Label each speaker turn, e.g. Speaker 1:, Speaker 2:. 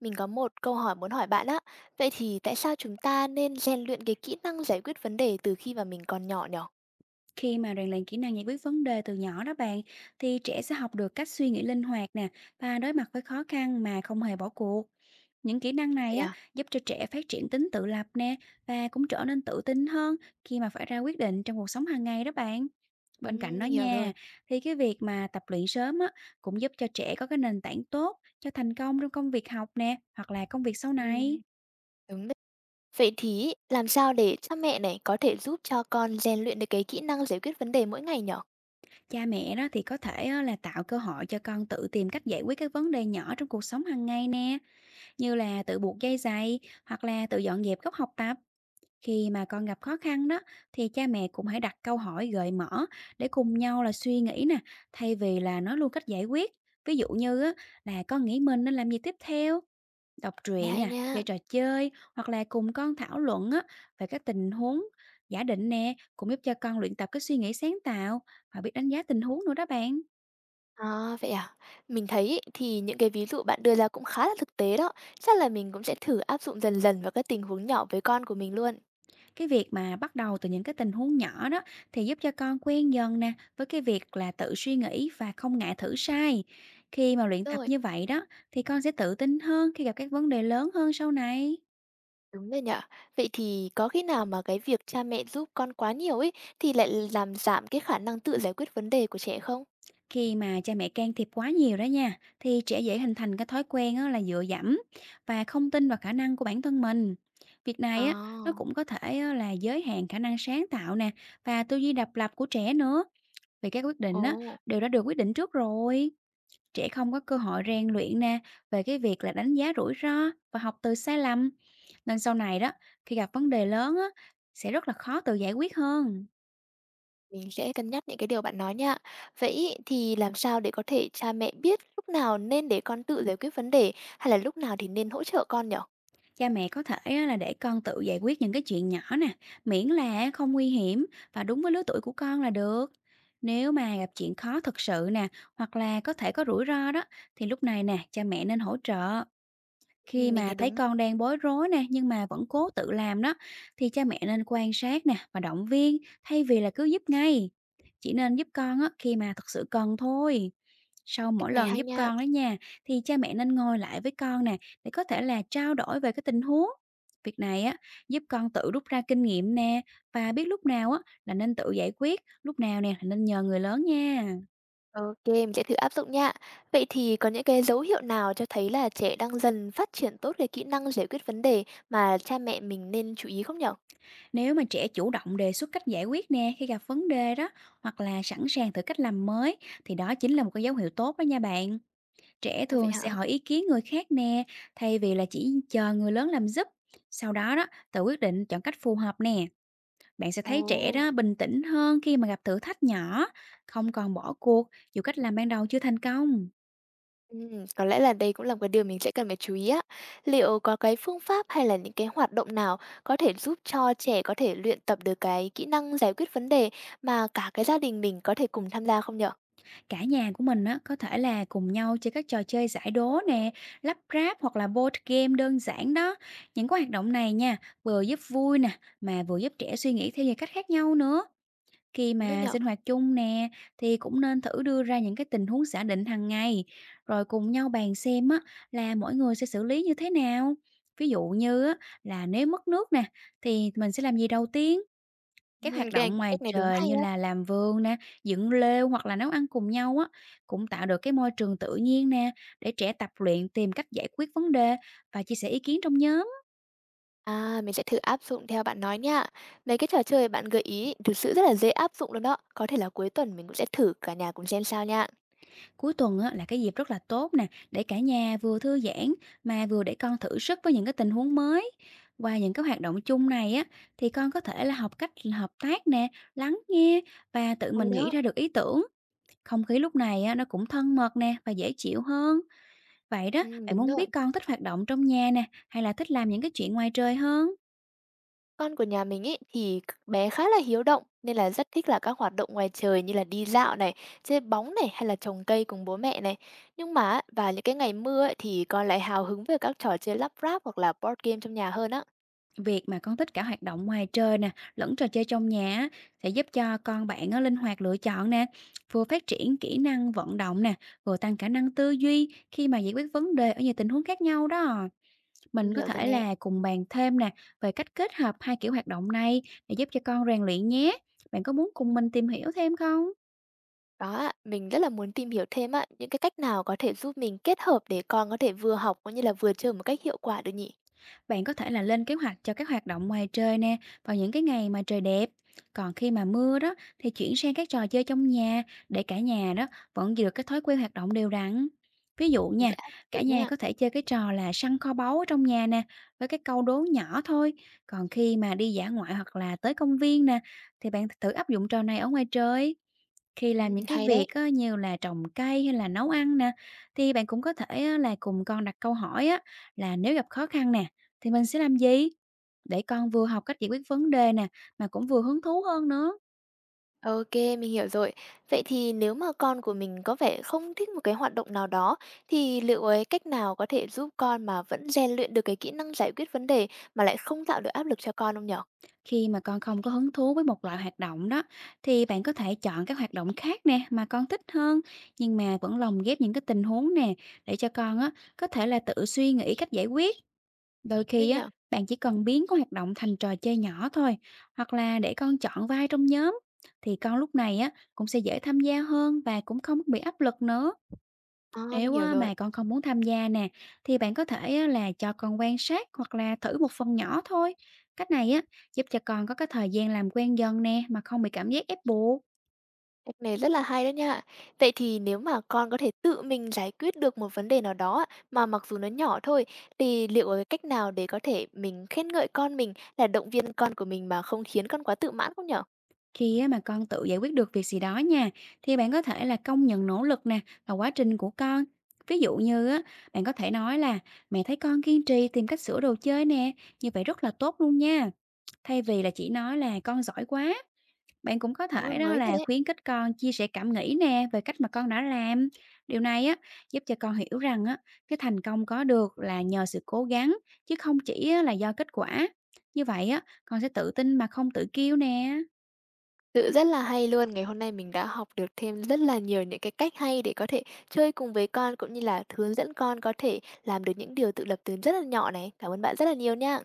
Speaker 1: Mình có một câu hỏi muốn hỏi bạn á. Vậy thì tại sao chúng ta nên rèn luyện cái kỹ năng giải quyết vấn đề từ khi mà mình còn nhỏ nhỉ?
Speaker 2: Khi mà rèn luyện kỹ năng giải quyết vấn đề từ nhỏ đó bạn, thì trẻ sẽ học được cách suy nghĩ linh hoạt nè và đối mặt với khó khăn mà không hề bỏ cuộc. Những kỹ năng
Speaker 1: Vậy
Speaker 2: này á
Speaker 1: à?
Speaker 2: giúp cho trẻ phát triển tính tự lập nè và cũng trở nên tự tin hơn khi mà phải ra quyết định trong cuộc sống hàng ngày đó bạn. Bên cạnh đó
Speaker 1: Mình hiểu rồi.
Speaker 2: nha, thì cái việc mà tập luyện sớm á cũng giúp cho trẻ có cái nền tảng tốt cho thành công trong công việc học nè, hoặc là công việc sau
Speaker 1: Ừm,
Speaker 2: này.
Speaker 1: đúng đấy. Vậy thì làm sao để cha mẹ này có thể giúp cho con rèn luyện được cái kỹ năng giải quyết vấn đề mỗi ngày nhỉ?
Speaker 2: Cha mẹ đó thì có thể á, là tạo cơ hội cho con tự tìm cách giải quyết các vấn đề nhỏ trong cuộc sống hàng ngày nè, như là tự buộc dây giày hoặc là tự dọn dẹp góc học tập. Khi mà con gặp khó khăn đó, thì cha mẹ cũng hãy đặt câu hỏi gợi mở để cùng nhau là suy nghĩ nè, thay vì là nói luôn cách giải quyết. Ví dụ như á, là con nghĩ mình nên làm gì tiếp theo, đọc
Speaker 1: Này
Speaker 2: truyện
Speaker 1: hay
Speaker 2: nè,
Speaker 1: nha.
Speaker 2: chơi trò chơi, hoặc là cùng con thảo luận á, về các tình huống giả định nè, cũng giúp cho con luyện tập cái suy nghĩ sáng tạo và biết đánh giá tình huống nữa đó bạn.
Speaker 1: À, vậy à? Mình thấy ý, thì những cái ví dụ bạn đưa ra cũng khá là thực tế đó. Chắc là mình cũng sẽ thử áp dụng dần dần vào các tình huống nhỏ với con của mình luôn.
Speaker 2: Cái việc mà bắt đầu từ những cái tình huống nhỏ đó, thì giúp cho con quen dần nè với cái việc là tự suy nghĩ và không ngại thử sai. Khi mà luyện tập
Speaker 1: Rồi.
Speaker 2: như vậy đó, thì con sẽ tự tin hơn khi gặp các vấn đề lớn hơn sau này.
Speaker 1: Đúng rồi nhở. Vậy thì có khi nào mà cái việc cha mẹ giúp con quá nhiều ấy thì lại làm giảm cái khả năng tự giải quyết vấn đề của trẻ không?
Speaker 2: Khi mà cha mẹ can thiệp quá nhiều đó nha, thì trẻ dễ hình thành cái thói quen á là dựa dẫm và không tin vào khả năng của bản thân mình. Việc này á, nó
Speaker 1: À,
Speaker 2: cũng có thể á là giới hạn khả năng sáng tạo nè và tư duy độc lập của trẻ nữa, vì các quyết định
Speaker 1: ồ,
Speaker 2: á đều đã được quyết định trước rồi. Trẻ không có cơ hội rèn luyện nè về cái việc là đánh giá rủi ro và học từ sai lầm. Nên sau này đó, khi gặp vấn đề lớn á, sẽ rất là khó tự giải quyết hơn.
Speaker 1: mình sẽ cân nhắc những cái điều bạn nói nha. Vậy ý, thì làm sao để có thể cha mẹ biết lúc nào nên để con tự giải quyết vấn đề hay là lúc nào thì nên hỗ trợ con nhở?
Speaker 2: Cha mẹ có thể á, là để con tự giải quyết những cái chuyện nhỏ nè, miễn là không nguy hiểm và đúng với lứa tuổi của con là được. Nếu mà gặp chuyện khó thật sự nè, hoặc là có thể có rủi ro đó, thì lúc này nè, cha mẹ nên hỗ trợ.
Speaker 1: Ừ,
Speaker 2: Khi
Speaker 1: mình thấy
Speaker 2: mà thấy
Speaker 1: đúng.
Speaker 2: con đang bối rối nè, nhưng mà vẫn cố tự làm đó, thì cha mẹ nên quan sát nè và động viên, thay vì là cứ giúp ngay. Chỉ nên giúp con á, khi mà thật sự cần thôi. Sau
Speaker 1: Cách
Speaker 2: mỗi
Speaker 1: này
Speaker 2: lần
Speaker 1: hay
Speaker 2: giúp
Speaker 1: nha.
Speaker 2: con đó nha, thì cha mẹ nên ngồi lại với con nè để có thể là trao đổi về cái tình huống. Việc này á giúp con tự rút ra kinh nghiệm nè và biết lúc nào á là nên tự giải quyết, lúc nào nè là nên nhờ người lớn nha.
Speaker 1: Ok, mình sẽ thử áp dụng nha. Vậy thì có những cái dấu hiệu nào cho thấy là trẻ đang dần phát triển tốt cái kỹ năng giải quyết vấn đề mà cha mẹ mình nên chú ý không nhở?
Speaker 2: Nếu mà trẻ chủ động đề xuất cách giải quyết nè khi gặp vấn đề đó, hoặc là sẵn sàng thử cách làm mới, thì đó chính là một cái dấu hiệu tốt đó nha bạn. Trẻ
Speaker 1: À, vậy
Speaker 2: thường
Speaker 1: hả?
Speaker 2: sẽ hỏi ý kiến người khác nè, thay vì là chỉ chờ người lớn làm giúp. Sau đó đó tự quyết định chọn cách phù hợp nè. Bạn sẽ
Speaker 1: Ồ,
Speaker 2: thấy trẻ đó bình tĩnh hơn khi mà gặp thử thách nhỏ, không còn bỏ cuộc dù cách làm ban đầu chưa thành công.
Speaker 1: có lẽ là đây cũng là một cái điều mình sẽ cần phải chú ý á. Liệu có cái phương pháp hay là những cái hoạt động nào có thể giúp cho trẻ có thể luyện tập được cái kỹ năng giải quyết vấn đề mà cả cái gia đình mình có thể cùng tham gia không nhở?
Speaker 2: Cả nhà của mình á, có thể là cùng nhau chơi các trò chơi giải đố nè, lắp ráp hoặc là board game đơn giản đó. Những cái hoạt động này nha, vừa giúp vui nè, mà vừa giúp trẻ suy nghĩ theo nhiều cách khác nhau nữa. Khi
Speaker 1: Đúng rồi
Speaker 2: mà
Speaker 1: nhở.
Speaker 2: sinh hoạt chung nè, thì cũng nên thử đưa ra những cái tình huống giả định hàng ngày, rồi cùng nhau bàn xem á, là mỗi người sẽ xử lý như thế nào. Ví dụ như á, là nếu mất nước nè, thì mình sẽ làm gì đầu tiên? Các hoạt
Speaker 1: Cái này,
Speaker 2: động ngoài
Speaker 1: cách này đúng
Speaker 2: trời
Speaker 1: hay
Speaker 2: như là
Speaker 1: á.
Speaker 2: làm vườn nè, dựng lêu hoặc là nấu ăn cùng nhau á, cũng tạo được cái môi trường tự nhiên nè, để trẻ tập luyện tìm cách giải quyết vấn đề và chia sẻ ý kiến trong nhóm.
Speaker 1: À, mình sẽ thử áp dụng theo bạn nói nha. Mấy cái trò chơi bạn gợi ý thực sự rất là dễ áp dụng luôn đó. Có thể là cuối tuần mình cũng sẽ thử cả nhà cùng xem sao nha.
Speaker 2: Cuối tuần á, là cái dịp rất là tốt nè, để cả nhà vừa thư giãn mà vừa để con thử sức với những cái tình huống mới. Qua những cái hoạt động chung này á, thì con có thể là học cách hợp tác nè, lắng nghe và tự
Speaker 1: Hay
Speaker 2: mình nghĩ
Speaker 1: đó.
Speaker 2: ra được ý tưởng. Không khí lúc này á, nó cũng thân mật nè và dễ chịu hơn. Vậy đó,
Speaker 1: Ừ,
Speaker 2: bạn
Speaker 1: đúng
Speaker 2: muốn
Speaker 1: rồi.
Speaker 2: biết con thích hoạt động trong nhà nè, hay là thích làm những cái chuyện ngoài trời hơn?
Speaker 1: Con của nhà mình ấy thì bé khá là hiếu động nên là rất thích là các hoạt động ngoài trời như là đi dạo này, chơi bóng này hay là trồng cây cùng bố mẹ này. Nhưng mà á, vào những cái ngày mưa ấy, thì con lại hào hứng về các trò chơi lắp ráp hoặc là board game trong nhà hơn á.
Speaker 2: Việc mà con thích cả hoạt động ngoài trời nè, lẫn trò chơi trong nhà á, sẽ giúp cho con bạn á, linh hoạt lựa chọn nè, vừa phát triển kỹ năng vận động nè, vừa tăng khả năng tư duy khi mà giải quyết vấn đề ở nhiều tình huống khác nhau đó.
Speaker 1: Mình
Speaker 2: Mình có
Speaker 1: hiểu rồi
Speaker 2: thể
Speaker 1: nè.
Speaker 2: là cùng bàn thêm nè về cách kết hợp hai kiểu hoạt động này để giúp cho con rèn luyện nhé. Bạn có muốn cùng mình tìm hiểu thêm không?
Speaker 1: Đó, ạ, mình rất là muốn tìm hiểu thêm á, những cái cách nào có thể giúp mình kết hợp để con có thể vừa học cũng như là vừa chơi một cách hiệu quả được nhỉ?
Speaker 2: Bạn có thể là lên kế hoạch cho các hoạt động ngoài trời nè, vào những cái ngày mà trời đẹp. Còn khi mà mưa đó, thì chuyển sang các trò chơi trong nhà để cả nhà đó vẫn giữ được cái thói quen hoạt động đều đặn. Ví dụ
Speaker 1: Mình sẽ
Speaker 2: nha,
Speaker 1: áp dụng
Speaker 2: cả
Speaker 1: thử
Speaker 2: nhà
Speaker 1: nha.
Speaker 2: có thể chơi cái trò là săn kho báu ở trong nhà nè, với cái câu đố nhỏ thôi. Còn khi mà đi dã ngoại hoặc là tới công viên nè, thì bạn thử áp dụng trò này ở ngoài trời. Khi
Speaker 1: Ừ,
Speaker 2: làm những cái
Speaker 1: hay đấy.
Speaker 2: việc á, như là trồng cây hay là nấu ăn nè, thì bạn cũng có thể á, là cùng con đặt câu hỏi á, là nếu gặp khó khăn nè thì mình sẽ làm gì? Để con vừa học cách giải quyết vấn đề nè, mà cũng vừa hứng thú hơn nữa.
Speaker 1: OK, mình hiểu rồi. Vậy thì nếu mà con của mình có vẻ không thích một cái hoạt động nào đó, thì liệu ấy cách nào có thể giúp con mà vẫn rèn luyện được cái kỹ năng giải quyết vấn đề mà lại không tạo được áp lực cho con không nhở?
Speaker 2: Khi mà con không có hứng thú với một loại hoạt động đó, thì bạn có thể chọn các hoạt động khác nè mà con thích hơn, nhưng mà vẫn lồng ghép những cái tình huống nè để cho con á có thể là tự suy nghĩ cách giải quyết. Đôi
Speaker 1: Với
Speaker 2: khi á,
Speaker 1: nhở?
Speaker 2: bạn chỉ cần biến cái hoạt động thành trò chơi nhỏ thôi, hoặc là để con chọn vai trong nhóm, thì con lúc này á cũng sẽ dễ tham gia hơn và cũng không bị áp lực nữa.
Speaker 1: À, mình
Speaker 2: Nếu
Speaker 1: hiểu
Speaker 2: á,
Speaker 1: rồi.
Speaker 2: mà con không muốn tham gia nè, thì bạn có thể á, là cho con quan sát hoặc là thử một phần nhỏ thôi. Cách này á giúp cho con có cái thời gian làm quen dần nè mà không bị cảm giác ép buộc.
Speaker 1: Cách này rất là hay đó nha. Vậy thì nếu mà con có thể tự mình giải quyết được một vấn đề nào đó á, mà mặc dù nó nhỏ thôi, thì liệu có cái cách nào để có thể mình khen ngợi con mình là động viên con của mình mà không khiến con quá tự mãn không nhở?
Speaker 2: Khi á, mà con tự giải quyết được việc gì đó nha, thì bạn có thể là công nhận nỗ lực nè và quá trình của con. Ví dụ như á, bạn có thể nói là mẹ thấy con kiên trì tìm cách sửa đồ chơi nè, như vậy rất là tốt luôn nha. Thay vì là chỉ nói là con giỏi quá. Bạn cũng có
Speaker 1: Đúng là
Speaker 2: thể đó
Speaker 1: mới thật
Speaker 2: là
Speaker 1: đấy.
Speaker 2: khuyến khích con chia sẻ cảm nghĩ nè về cách mà con đã làm. Điều này á giúp cho con hiểu rằng á cái thành công có được là nhờ sự cố gắng, chứ không chỉ á, là do kết quả. Như vậy á con sẽ tự tin mà không tự kiêu nè.
Speaker 1: Sự rất là hay luôn, ngày hôm nay mình đã học được thêm rất là nhiều những cái cách hay để có thể chơi cùng với con, cũng như là hướng dẫn con có thể làm được những điều tự lập từ rất là nhỏ này. Cảm ơn bạn rất là nhiều nha.